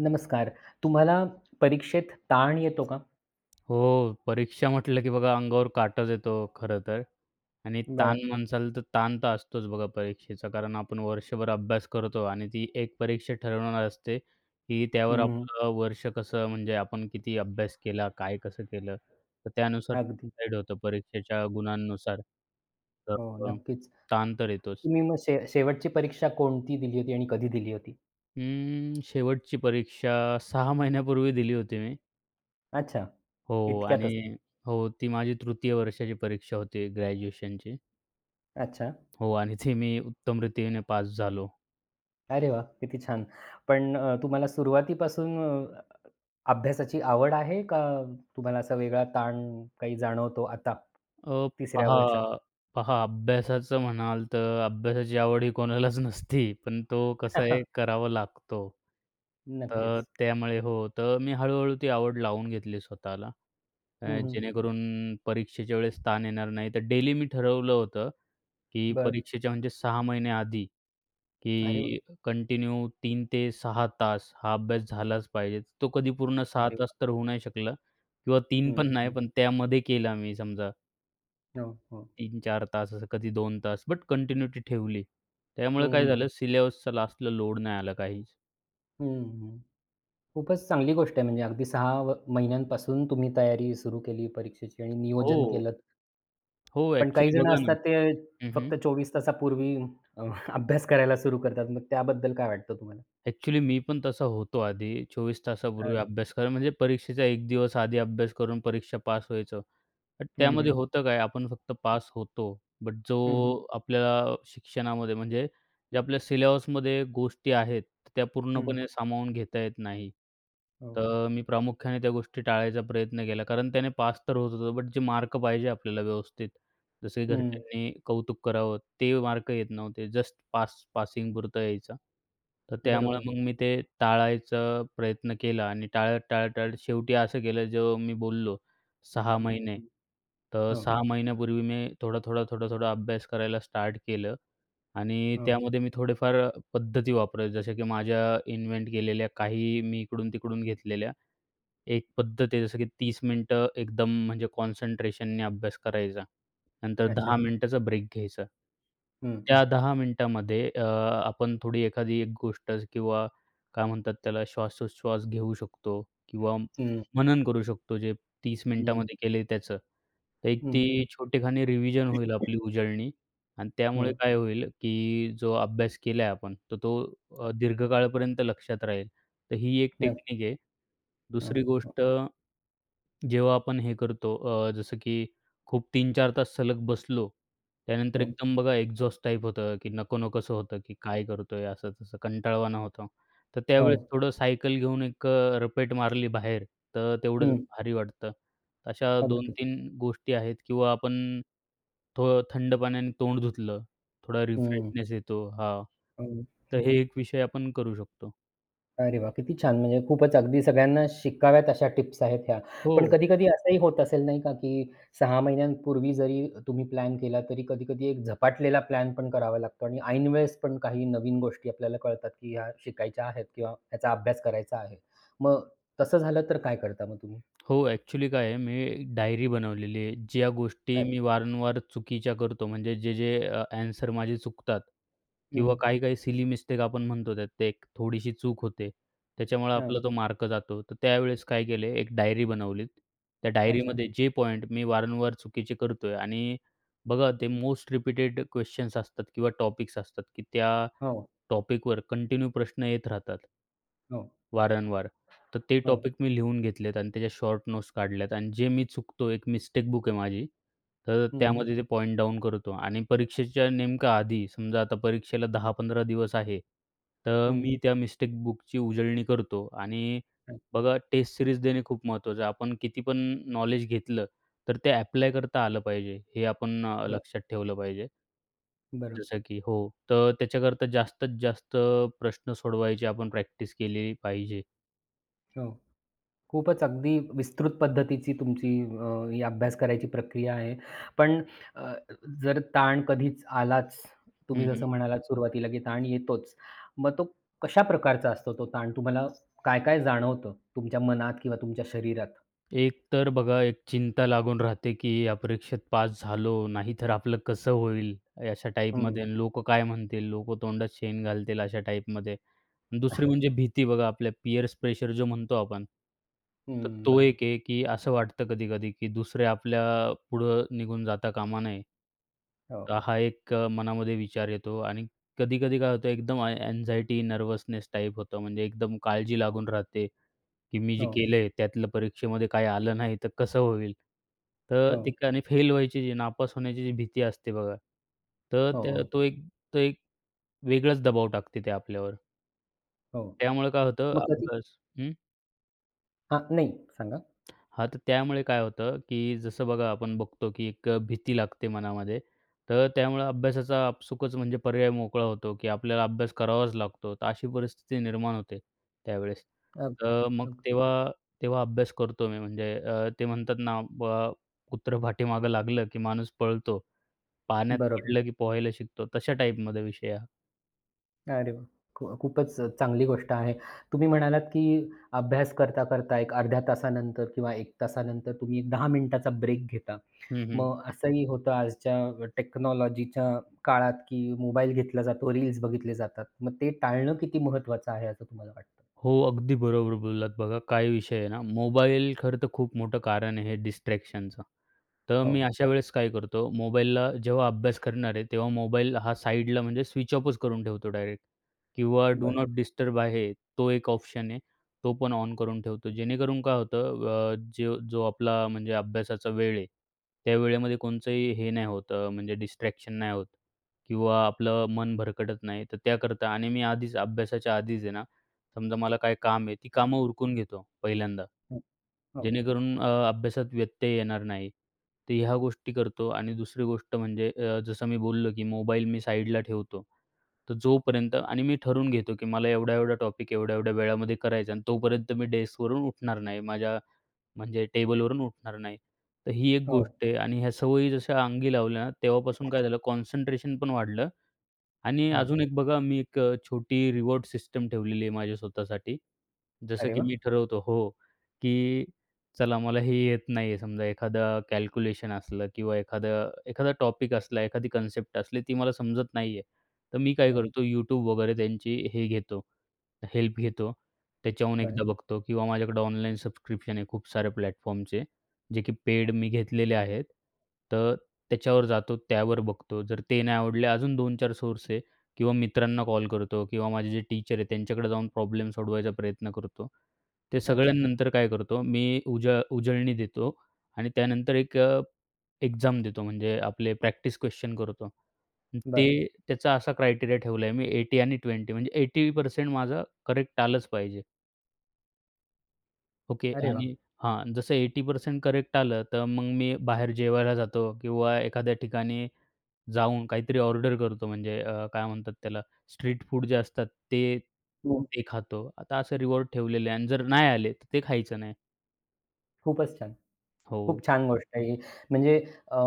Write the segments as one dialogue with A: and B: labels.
A: नमस्कार. तुम्हाला परीक्षेत ताण येतो का?
B: हो, परीक्षा म्हटलं की बघा अंगावर काटाच येतो खरं तर आणि ताण
A: बरं.
B: म्हणसाल तर ताण तर असतोच बघा परीक्षेचा. कारण आपण वर्षभर अभ्यास करतो आणि ती एक परीक्षा ठरवणार असते, की त्यावर
A: हं.
B: आपलं वर्ष कसं म्हणजे आपण किती अभ्यास केला, काय कसं केलं, तर त्यानुसार
A: अगदी.
B: डिसाईड होतं परीक्षेच्या गुणांनुसार. तर
A: हो,
B: अ,
A: नक्कीच.
B: ताण तर येतोच.
A: तुम्ही मग शेवटची परीक्षा
B: परीक्षा.
A: कोणती दिली होती आणि कधी दिली होती?
B: शेवटची परीक्षा 6 महिन्यापूर्वी दिली होती मी.
A: अच्छा.
B: हो आणि
A: इतक्यातच.
B: हो, ती माझी तृतीय वर्षाची परीक्षा होती ग्रॅज्युएशनची.
A: अच्छा.
B: हो आणि ती मी उत्तमरीतीने पास झालो.
A: अरे वाह! किती छान. पण तुम्हाला सुरुवातीपासून अभ्यासाची आवड आहे का? तुम्हाला असा वेगळा ताण काही जाणवतो आता?
B: अ,
A: तिसऱ्या
B: पहा
A: वर्षात?
B: पहा अभ्यासाचं म्हणाल तर अभ्यासाची आवड ही कोणालाच नसती, पण तो कसा आहे करावा लागतो. तर
A: नक्कीच.
B: त्यामुळे हो, तर मी हळू ती आवड लावून घेतली स्वतःला.
A: हं, हं.
B: जेणेकरून परीक्षेच्या वेळेस ताण येणार नाही. तर डेली मी ठरवलं होतं, की
A: बरं.
B: परीक्षेच्या म्हणजे 6 महिने आधी
A: अरे वाह!
B: की कंटिन्यू 3 ते 6 तास हा अभ्यास झालाच पाहिजे. तो कधी पूर्ण 6
A: अरे
B: तास
A: वाह!
B: तर होऊ नाही शकला किंवा 3
A: हं,
B: पण नाही,
A: हं.
B: पण त्यामध्ये केला मी समजा
A: हो, हो.
B: 3 चार तास, असं कधी 2 तास, बट कंटिन्युटी ठेवली. त्यामुळे काय
A: हं,
B: झालं सिलेबसचा लास्टला लोड नाही आला काहीच.
A: हं, हं. खूपच चांगली गोष्ट आहे म्हणजे अगदी 6 महिन्यांपासून तुम्ही तयारी सुरू केली परीक्षेची आणि
B: हो.
A: नियोजन केलंत.
B: हो,
A: पण काही
B: ॲक्चुअली
A: जण
B: बघा ना.
A: असतात ते
B: हं, हं.
A: फक्त 24 तासापूर्वी अ, अभ्यास करायला सुरू करतात. मग त्याबद्दल काय वाटतं तुम्हाला?
B: ॲक्चुअली मी पण तसा होतो आधी. 24 तासापूर्वी
A: अच्छा.
B: अभ्यास करा म्हणजे परीक्षेचा 1 दिवस आधी अभ्यास करून परीक्षा पास व्हायचं. बट
A: हं,
B: त्यामध्ये
A: हं.
B: होतं काय आपण फक्त पास होतो. बट जो
A: हं, हं.
B: आपल्याला शिक्षणामध्ये म्हणजे जे आपल्या सिलेबसमध्ये गोष्टी आहेत, त्या
A: हं,
B: पूर्णपणे सामावून घेता येत नाही.
A: हो.
B: तर मी प्रामुख्याने त्या गोष्टी टाळायचा प्रयत्न केला. कारण त्याने पास तर होत होतो, बट जे मार्क पाहिजे आपल्याला व्यवस्थित, जसे
A: हं.
B: घरच्यांनी कौतुक करावं ते मार्क येत नव्हते. जस्ट पास पासिंगपुरतं यायचा. तर त्यामुळे
A: बरोबर.
B: मग मी ते टाळायचा प्रयत्न केला आणि टाळत, टाळत, टाळत शेवटी असं केलं जो मी बोललो 6
A: हं,
B: महिने.
A: हं.
B: तर
A: हो,
B: 6 महिन्यापूर्वी मी थोडा, थोडा, थोडा, थोडा अभ्यास करायला स्टार्ट केलं आणि
A: हो.
B: त्यामध्ये मी थोडेफार पद्धती वापरायच्या जशा की माझ्या इन्व्हेंट केलेल्या काही मी इकडून-तिकडून घेतलेल्या. एक पद्धत आहे जसं की 30 मिनिटं एकदम म्हणजे कॉन्सन्ट्रेशनने अभ्यास करायचा. नंतर
A: अच्छा.
B: 10 मिनिटाचा ब्रेक घ्यायचा.
A: हं.
B: त्या 10 मिनिटामध्ये आपण थोडी एखादी एक गोष्ट किंवा काय म्हणतात त्याला श्वासोच्छ्वास घेऊ शकतो किंवा
A: हं,
B: मनन करू शकतो जे 30
A: हं.
B: मिनिटामध्ये केले त्याचं. तर एक
A: हं, हं.
B: ती छोटेखानी रिव्हिजन होईल आपली उजळणी आणि त्यामुळे
A: हं.
B: काय होईल, की जो अभ्यास केलाय आपण, तर तो दीर्घकाळपर्यंत लक्षात राहील. तर ही एक
A: नक्क
B: टेक्निक आहे.
A: हं,
B: दुसरी
A: हं.
B: गोष्ट जेव्हा आपण हे करतो जसं की खूप 3 4 तास सलग बसलो, त्यानंतर
A: हं.
B: एकदम बघा एक्झॉस्ट टाइप होतं, की नको-नकोसं होतं, की काय करतोय असं-तसं कंटाळवाणा होतो. तर
A: हो.
B: त्यावेळेस थोडं सायकल घेऊन एक रपेट मारली बाहेर, तर तेवढंच
A: हं.
B: भारी वाटतं. अशा
A: अगदी.
B: 2-3 गोष्टी आहेत किंवा आपण थोडं थंड पाण्याने तोंड धुतलं, थोडा
A: हं.
B: रिफ्रेशनेस येतो. हां.
A: हो,
B: तर
A: हो.
B: हे एक विषय आपण करू शकतो.
A: अरे वाह! किती छान! म्हणजे खूपच अगदी सगळ्यांना शिकाव्यात अशा टिप्स आहेत ह्या.
B: हो.
A: पण कधी-कधी असंही होत असेल नाही का, की 6 महिन्यांपूर्वी जरी तुम्ही प्लॅन केला, तरी कधी-कधी एक झपाटलेला प्लॅन पण करावा लागतो आणि ऐनवेळेस पण काही नवीन गोष्टी आपल्याला कळतात, की ह्या शिकायच्या आहेत किंवा ह्याचा अभ्यास करायचा आहे. मग तसं झालं तर काय करता मग तुम्ही?
B: हो, ॲक्चुअली काय आहे, मी डायरी बनवलेली आहे. ज्या गोष्टी
A: अच्छा.
B: मी वारंवार चुकीच्या करतो, म्हणजे जे ॲन्सर माझे चुकतात
A: हं, हं.
B: किंवा काही-काही सिली मिस्टेक आपण म्हणतो त्यात, ते एक थोडीशी चूक होते. त्याच्यामुळे आपला
A: हां.
B: तो मार्क जातो. तर त्यावेळेस काय केले, एक डायरी बनवलीत. त्या
A: अच्छा.
B: डायरीमध्ये जे पॉइंट मी वारंवार चुकीचे करतोय आणि बघा ते मोस्ट रिपीटेड क्वेश्चन्स असतात किंवा टॉपिक्स असतात, की त्या
A: हो,
B: टॉपिकवर कंटिन्यू प्रश्न येत राहतात.
A: हो,
B: वारंवार. तर ते
A: हो.
B: टॉपिक मी लिहून घेतलेत आणि त्याच्या शॉर्ट नोट्स काढल्यात आणि जे मी चुकतो, एक मिस्टेक बुक आहे माझी, तर
A: हं, हं.
B: त्यामध्ये ते पॉइंट डाउन करतो आणि परीक्षेच्या नेमका आधी, समजा आता परीक्षेला 10-15 दिवस आहे, तर
A: हं.
B: मी त्या मिस्टेक बुकची उजळणी करतो आणि
A: अच्छा.
B: बघा टेस्ट सीरीज देणे खूप महत्त्वाचं आहे. आपण किती पण नॉलेज घेतलं, तर ते ॲप्लाय करता आलं पाहिजे. हे आपण
A: बरं.
B: लक्षात ठेवलं पाहिजे.
A: बरोबर.
B: जसं की हो, तर त्याच्याकरता जास्तीत जास्त प्रश्न सोडवायची आपण प्रॅक्टिस केली पाहिजे.
A: हो. खूपच अगदी विस्तृत पद्धतीची तुमची ही अभ्यास करायची प्रक्रिया आहे. पण अ, जर ताण कधीच आलाच, तुम्ही
B: हं,
A: जसं म्हणालात सुरुवातीला, की ताण येतोच. मग तो कशा प्रकारचा असतो तो ताण? तुम्हाला काय-काय जाणवतं तुमच्या मनात किंवा तुमच्या शरीरात?
B: एक तर बघा, एक चिंता लागून राहते, की अपरीक्षेत पास झालो, नाहीतर आपलं कसं होईल? अशा
A: हं,
B: टाईपमध्ये आणि लोकं काय म्हणतील? लोकं तोंडात शेण घालतील अशा टाईपमध्ये. दुसरी म्हणजे भीती बघा, आपल्या पियर्स प्रेशर जो म्हणतो आपण, तर
A: हं,
B: तो
A: बरोबर.
B: एक आहे, की असं वाटतं कधी-कधी, की दुसरे आपल्या पुढं निघून जाता कामा नये.
A: हो,
B: तर हा एक मनामध्ये विचार येतो आणि कधी-कधी काय होतं, एकदम अँक्झायटी, टाईप होतं. म्हणजे एकदम काळजी लागून राहते. की मी जे
A: हो,
B: केलंय त्यातलं परीक्षेमध्ये काही आलं नाही तर कसं होईल? तर
A: हो,
B: ती फेल व्हायची जी नापास होण्याची जी भीती असते बघा, तर त्या
A: हो,
B: तो एक वेगळाच दबाव टाकते ते आपल्यावर.
A: हो.
B: त्यामुळे काय होतं
A: मग कधी
B: अभ्यास
A: हां, नाही सांगा.
B: हां, तर त्यामुळे काय होतं, की जसं बघा आपण बघतो, की एक भीती लागते मनामध्ये. तर त्यामुळे अभ्यासाचा आपसुकच म्हणजे पर्याय मोकळा होतो, की आपल्याला अभ्यास करावाच लागतो. तर अशी परिस्थिती निर्माण होते त्यावेळेस.
A: अगदी,
B: तर मग
A: अगदी.
B: तेव्हा तेव्हा अभ्यास करतो मी म्हणजे ते म्हणतात ना कुत्रं पाठीमागं लागलं, की माणूस पळतो. पाण्यात
A: बरोबर.
B: पडलं, की पोहायला शिकतो. तशा टाईपमध्ये विषय हा.
A: अरे वाह! खूपच चांगली गोष्ट आहे. तुम्ही म्हणालात, की अभ्यास करता-करता एक अर्ध्या तासानंतर किंवा 1 तासानंतर तुम्ही एक 10 मिनिटाचा ब्रेक घेता.
B: हं, हं.
A: मग असंही होतं आजच्या टेक्नॉलॉजीच्या काळात, की मोबाईल घेतला जातो, रील्स बघितले जातात. मग ते टाळणं किती महत्त्वाचं आहे असं तुम्हाला वाटतं?
B: हो, अगदी बरोबर बोललात बघा. काय विषय आहे ना, मोबाईल खरं तर खूप मोठं कारण आहे डिस्ट्रॅक्शनचं. तर
A: हो.
B: मी अशा वेळेस काय करतो, मोबाईलला जेव्हा अभ्यास करणार आहे, तेव्हा मोबाईल हा साइडला म्हणजे स्विच ऑफच करून ठेवतो डायरेक्ट किंवा डू
A: बरं.
B: नॉट डिस्टर्ब आहे, तो एक ऑप्शन आहे. तो पण ऑन करून ठेवतो. जेणेकरून काय होतं जो जो आपला म्हणजे अभ्यासाचा वेळ आहे, त्या वेळेमध्ये कोणचंही हे नाही होत म्हणजे डिस्ट्रॅक्शन नाही होत किंवा आपलं मन भरकटत नाही. तर त्याकरता आणि मी आधीच अभ्यासाच्या आधीच आहे ना, समजा मला काय काम आहे, ती कामं उरकून घेतो पहिल्यांदा.
A: हं. हो,
B: जेणेकरून अभ्यासात व्यत्यय येणार नाही. तर ह्या गोष्टी करतो आणि दुसरी गोष्ट म्हणजे जसं मी बोललो, की मोबाईल मी साईडला ठेवतो. तर जोपर्यंत आणि मी ठरवून घेतो, की मला एवढा-एवढा टॉपिक एवढ्या-एवढ्या वेळामध्ये करायचा आणि तोपर्यंत मी डेस्कवरून उठणार नाही. माझ्या म्हणजे टेबलवरून उठणार नाही. तर ही एक
A: हो,
B: गोष्ट आहे आणि ह्या सवयी जशा अंगी लावल्या ना, तेव्हापासून काय झालं कॉन्सन्ट्रेशन पण वाढलं. आणि
A: हो.
B: अजून एक बघा मी एक छोटी रिवॉर्ड सिस्टम ठेवलेली आहे माझ्या स्वतःसाठी. जसं
A: अरे
B: की
A: वाह!
B: मी ठरवतो हो, की चला मला हे येत नाहीये समजा एखादा कॅल्क्युलेशन असलं किंवा एखादा एखादा टॉपिक असला, एखादी कन्सेप्ट असली ती मला समजत नाहीये. तर मी काय
A: बरं,
B: करतो YouTube वगैरे त्यांची हे घेतो, हेल्प घेतो. त्याच्याहून एकदा
A: बरं.
B: बघतो किंवा माझ्याकडे ऑनलाईन सबस्क्रिप्शन आहे खूप साऱ्या प्लॅटफॉर्मचे. जे की पेड मी घेतलेले आहेत. तर त्याच्यावर जातो, त्यावर बघतो. जर ते नाही आवडले अजून 2-4 सोर्स आहे किंवा मित्रांना कॉल करतो किंवा माझे जे टीचर आहेत त्यांच्याकडे जाऊन प्रॉब्लेम सोडवायचा प्रयत्न करतो. ते
A: अच्छा.
B: सगळ्यांनंतर काय करतो मी उजळणी देतो आणि त्यानंतर एक एक्झाम देतो म्हणजे आपले प्रॅक्टिस क्वेश्चन करतो. ते
A: बरं.
B: त्याचा असा क्रायटेरिया ठेवला आहे मी 80 आणि 20 म्हणजे 80% माझं करेक्ट आलंच पाहिजे. ओके.
A: अरे वाह!
B: आणि हां, जसं 80% करेक्ट आलं, तर मग मी बाहेर जेवायला जातो किंवा एखाद्या ठिकाणी जाऊन काहीतरी ऑर्डर करतो. म्हणजे काय म्हणतात त्याला, स्ट्रीट फूड जे असतात ते,
A: हो.
B: ते खातो. आता असं रिवॉर्ड ठेवलेले आहे आणि जर नाही आले, तर ते खायचं नाही.
A: खूपच छान.
B: हो.
A: खूप छान गोष्ट आहे ही. म्हणजे अ,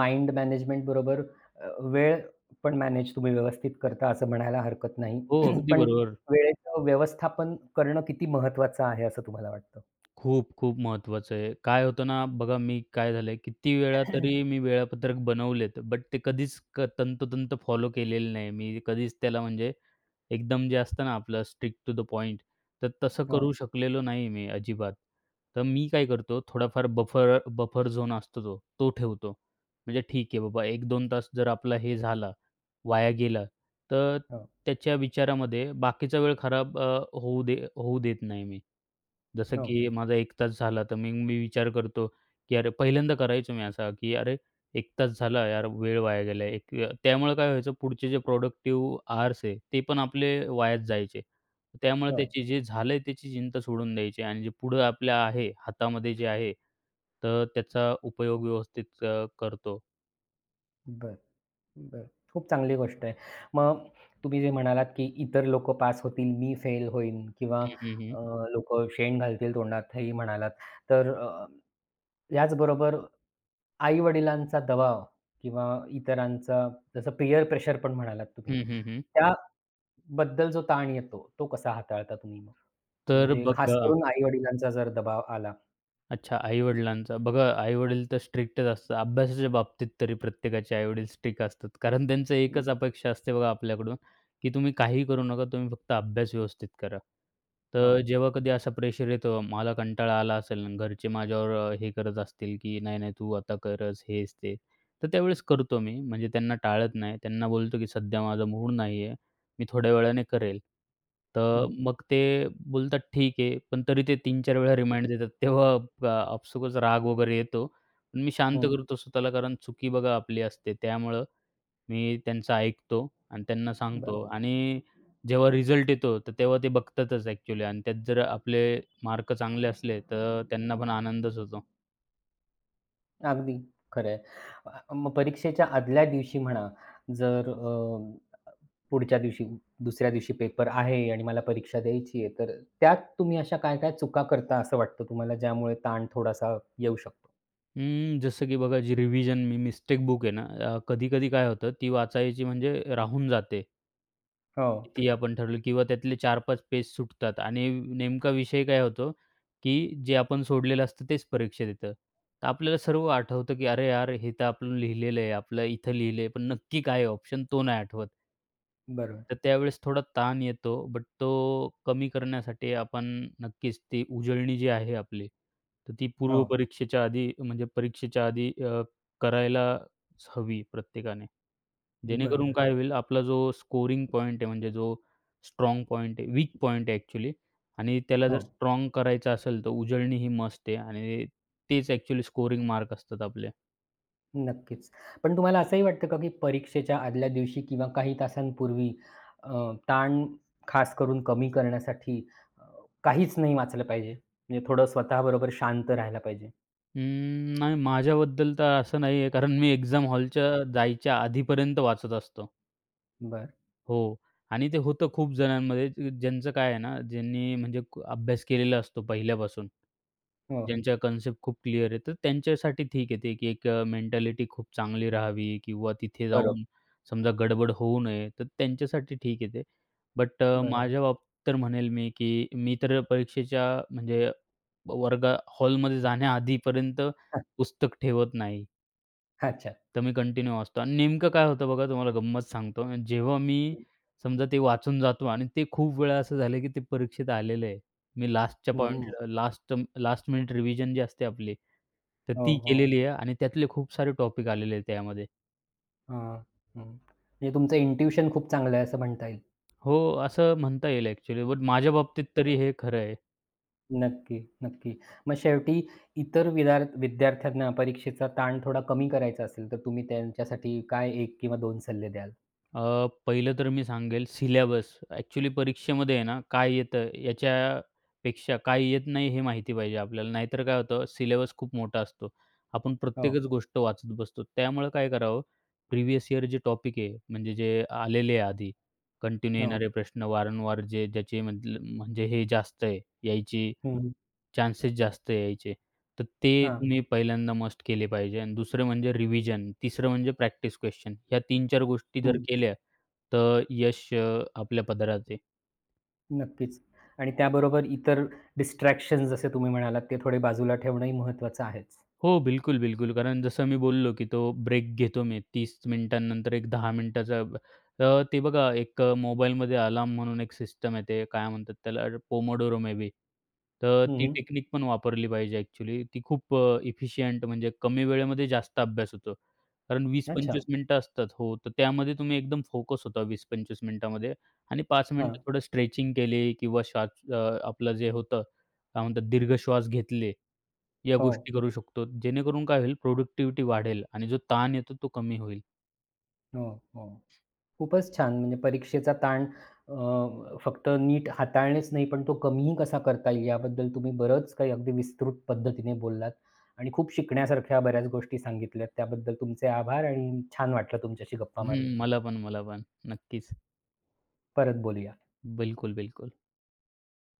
A: माइंड मॅनेजमेंट बरोबर वेळ पण मॅनेज तुम्ही व्यवस्थित करता असं म्हणायला हरकत नाही.
B: हो, अगदी
A: पण
B: बरोबर.
A: वेळेचं व्यवस्थापन करणं किती महत्त्वाचं आहे असं तुम्हाला वाटतं?
B: खूप, खूप महत्त्वाचं आहे. काय होतं ना, बघा मी काय झालंय, किती वेळा तरी मी वेळापत्रक बनवलेत, बट ते कधीच तंतोतंत फॉलो केलेलं नाही. मी कधीच त्याला म्हणजे एकदम जे असतं ना आपलं स्ट्रिक्ट टू द पॉइंट, तर तसं हो.
A: हो,
B: करू शकलेलो नाही मी अजिबात. तर मी काय करतो थोडाफार बफर बफर झोन असतो तो, तो ठेवतो. म्हणजे ठीक आहे बाबा 1-2 तास जर आपला हे झाला, वाया गेला, तर
A: हो,
B: त्याच्या विचारामध्ये बाकीचा वेळ खराब होऊ देत नाही मी. जसं
A: हो,
B: की माझा 1 तास झाला, तर मग मी विचार करतो, की अरे पहिल्यांदा करायचो मी असा, की अरे 1 तास झाला यार, वेळ वाया गेला. एक त्यामुळे काय व्हायचं, पुढचे जे प्रॉडक्टिव्ह आवर्स आहे, ते पण आपले वायाच जायचे. त्यामुळे
A: हो.
B: त्याची जे झालंय त्याची चिंता सोडून द्यायची आणि जे पुढं आपल्या आहे, हातामध्ये जे आहे, तर त्याचा उपयोग व्यवस्थित करतो.
A: बरं, बरं. खूप चांगली गोष्ट आहे. मग तुम्ही जे म्हणालात, की इतर लोकं पास होतील, मी फेल होईन किंवा
B: हं, हं, हं.
A: अ, शेण घालतील तोंडात हेही म्हणालात. तर याचबरोबर आई-वडिलांचा दबाव किंवा इतरांचा जसं पीअर प्रेशर पण म्हणालात तुम्ही,
B: हं, हं, हं.
A: त्याबद्दल जो ताण येतो, तो कसा हाताळता तुम्ही मग?
B: तर
A: म्हणजे खास
B: बघा
A: करून आई-वडिलांचा जर दबाव आला.
B: अच्छा, आई-वडिलांचा. बघा आई-वडील तर स्ट्रिक्टच असतात. अभ्यासाच्या बाबतीत तरी प्रत्येकाचे आई-वडील स्ट्रिक्ट असतात. कारण त्यांचं एकच अपेक्षा असते बघा आपल्याकडून, की तुम्ही काहीही करू नका, तुम्ही फक्त अभ्यास व्यवस्थित करा.
A: हो.
B: तर जेव्हा कधी असा प्रेशर येतो, मला कंटाळा आला असेल आणि घरचे माझ्यावर हे करत असतील, की "नाही, नाही तू आता करच," हेच ते. तर त्यावेळेस करतो मी. म्हणजे त्यांना टाळत नाही. त्यांना बोलतो, की "सध्या माझा मूड नाहीये." मी थोड्या वेळाने करेल. तर
A: हं,
B: मग ते बोलतात, "ठीक आहे." पण तरी ते 3 4 वेळा रिमाइंड देतात. तेव्हा अ, आपसुकच राग वगैरे येतो. पण मी शांत
A: हं.
B: करतो स्वतःला कारण चुकी बघा आपली असते. त्यामुळं मी त्यांचं ऐकतो आणि त्यांना
A: बरोबर.
B: सांगतो आणि जेव्हा रिझल्ट येतो, तर तेव्हा ते बघतातच ॲक्चुअली आणि त्यात जर आपले मार्क चांगले असले, तर त्यांना पण आनंदच होतो.
A: अगदी खरं आहे. मग परीक्षेच्या आदल्या दिवशी म्हणा, जर पुढच्या दिवशी, दुसऱ्या दिवशी पेपर आहे आणि मला परीक्षा द्यायची आहे, तर त्यात तुम्ही अशा काय-काय चुका करता असं वाटतं तुम्हाला, ज्यामुळे ताण थोडासा येऊ शकतो?
B: अं, जसं की बघा जी रिव्हिजन मी मिस्टेक बुक आहे ना, कधी-कधी काय होतं ती वाचायची म्हणजे राहून जाते.
A: हो,
B: किती आपण ठरवलं किंवा त्यातले 4-5 पेज सुटतात आणि नेमका विषय काय होतो, की जे आपण सोडलेलं असतं तेच परीक्षेत येतं. तर आपल्याला सर्व आठवतं, की "अरे यार, हे तर आपण लिहिलेलं आहे, आपलं इथं लिहिलं पण नक्की काय ऑप्शन तो नाही आठवत."
A: बरोबर.
B: तर त्यावेळेस थोडा ताण येतो, बट तो कमी करण्यासाठी आपण नक्कीच ती उजळणी जी आहे आपली, तर ती
A: हो,
B: पूर्व परीक्षेच्या आधी म्हणजे परीक्षेच्या आधी करायला हवी प्रत्येकाने. जेणेकरून
A: बरोबर.
B: काय होईल आपला जो स्कोरिंग पॉइंट आहे म्हणजे जो स्ट्राँग पॉइंट आहे, वीक पॉइंट आहे ॲक्चुअली आणि त्याला
A: हो,
B: जर स्ट्राँग करायचं असेल तर उजळणी ही मस्ट आहे आणि तेच ॲक्चुअली स्कोरिंग मार्क असतात आपले.
A: नक्कीच. पण तुम्हाला असंही वाटतं का, की परीक्षेच्या आदल्या दिवशी किंवा काही तासांपूर्वी अ, ताण खास करून कमी करण्यासाठी अ, काहीच नाही वाचलं पाहिजे? म्हणजे थोडं स्वतःबरोबर शांत राहायला पाहिजे?
B: अं, नाही माझ्याबद्दल तर असं नाही आहे कारण मी एक्झाम हॉलच्या जायच्या आधीपर्यंत वाचत असतो.
A: बरं.
B: हो. आणि ते होतं खूप जणांमध्ये ज्यांचं काय आहे ना, ज्यांनी म्हणजे अभ्यास केलेला असतो पहिल्यापासून.
A: हो,
B: ज्यांच्या कन्सेप्ट खूप क्लिअर आहे, तर त्यांच्यासाठी ठीक आहे ते, की एक मेंटॅलिटी खूप चांगली राहावी किंवा तिथे
A: बरोबर,
B: जाऊन समजा गडबड होऊ नये, तर त्यांच्यासाठी ठीक आहे ते. बट
A: बरोबर.
B: माझ्या बाबतीत तर म्हणेल मी, की मी तर परीक्षेच्या म्हणजे हॉलमध्ये जाण्याआधीपर्यंत पुस्तक ठेवत नाही.
A: हां, अच्छा.
B: तर मी कंटिन्यू वाचतो आणि नेमकं काय होतं बघा तुम्हाला गंमत सांगतो. जेव्हा मी समजा ते वाचून जातो आणि ते खूप वेळा असं झालं, की ते परीक्षेत आलेलं आहे. मी लास्टच्या
A: हं.
B: हं. लास्ट लास्ट मिनिट रिव्हिजन जी असते आपली, तर
A: हो,
B: ती
A: हो.
B: केलेली आहे आणि त्यातले खूप सारे टॉपिक आलेले आहेत त्यामध्ये.
A: हां, हं. म्हणजे तुमचं इंट्युशन खूप चांगलं आहे असं म्हणता येईल.
B: हो, असं म्हणता येईल ॲक्चुअली. बट माझ्या बाबतीत तरी हे खरं आहे.
A: नक्की, नक्की. मग शेवटी इतर विद्यार्थ्यांना परीक्षेचा ताण थोडा कमी करायचा असेल, तर तुम्ही त्यांच्यासाठी काय 1 किंवा दोन सल्ले द्याल?
B: अ, पहिलं तर मी सांगेल सिलॅबस. ॲक्चुअली परीक्षेमध्ये आहे ना, काय येतं याच्यापेक्षा काय येत नाही हे माहिती पाहिजे आपल्याला. नाहीतर काय होतं सिलॅबस खूप मोठा असतो. आपण
A: हो,
B: प्रत्येकच गोष्ट वाचत बसतो. त्यामुळे काय करावं, प्रिव्हियस इयर जे टॉपिक आहे, म्हणजे जे आलेले आहे आधी कंटिन्यू
A: हो.
B: येणारे प्रश्न वारंवार जे ज्याचे म्हटलं म्हणजे हे जास्त आहे यायची
A: हं,
B: चान्सेस जास्त यायचे. तर ते
A: हां.
B: तुम्ही पहिल्यांदा मस्ट केले पाहिजे आणि दुसरं म्हणजे रिव्हिजन, तिसरं म्हणजे प्रॅक्टिस क्वेश्चन. ह्या 3 4 गोष्टी जर
A: हं,
B: केल्या, तर यश आपल्या पदरात आहे.
A: नक्कीच. आणि त्याबरोबर इतर डिस्ट्रॅक्शन्स जसे तुम्ही म्हणालात, ते थोडे बाजूला ठेवणंही महत्त्वाचं आहेच.
B: हो, बिलकुल, बिलकुल. कारण जसं मी बोललो, की तो ब्रेक घेतो मी 30 मिनिटांनंतर एक 10 मिनिटाचा ते बघा एक मोबाईलमध्ये अलार्म म्हणून एक सिस्टम येते, काय म्हणतात त्याला पोमोडोरो मे बी. तर
A: हं,
B: ती
A: हं.
B: टेक्निक पण वापरली पाहिजे ॲक्चुअली. ती खूप इफिशियंट म्हणजे कमी वेळेमध्ये जास्त अभ्यास होतो. कारण
A: अच्छा.
B: 20-25 मिनिटं असतात. हो, तर त्यामध्ये तुम्ही एकदम फोकस होता 20-25 मिनिटामध्ये आणि 5 मिनिटं
A: हां.
B: थोडं स्ट्रेचिंग केली किंवा श्वास आपलं जे होतं काय म्हणतात दीर्घ श्वास घेतले, या
A: हो,
B: गोष्टी करू शकतो. जेणेकरून काय होईल प्रोडक्टिव्हिटी वाढेल आणि जो ताण येतो तो कमी होईल.
A: हो, हो. खूपच छान. म्हणजे परीक्षेचा ताण अ, फक्त नीट हाताळणेच नाही, पण तो कमीही कसा करता येईल याबद्दल तुम्ही बरंच काही अगदी विस्तृत पद्धतीने बोललात आणि खूप शिकण्यासारख्या बऱ्याच गोष्टी सांगितल्यात. त्याबद्दल तुमचे आभार आणि छान वाटलं तुमच्याशी गप्पा मारून.
B: हं, मला पण, मला पण. नक्कीच.
A: परत बोलूया.
B: बिलकुल, बिलकुल.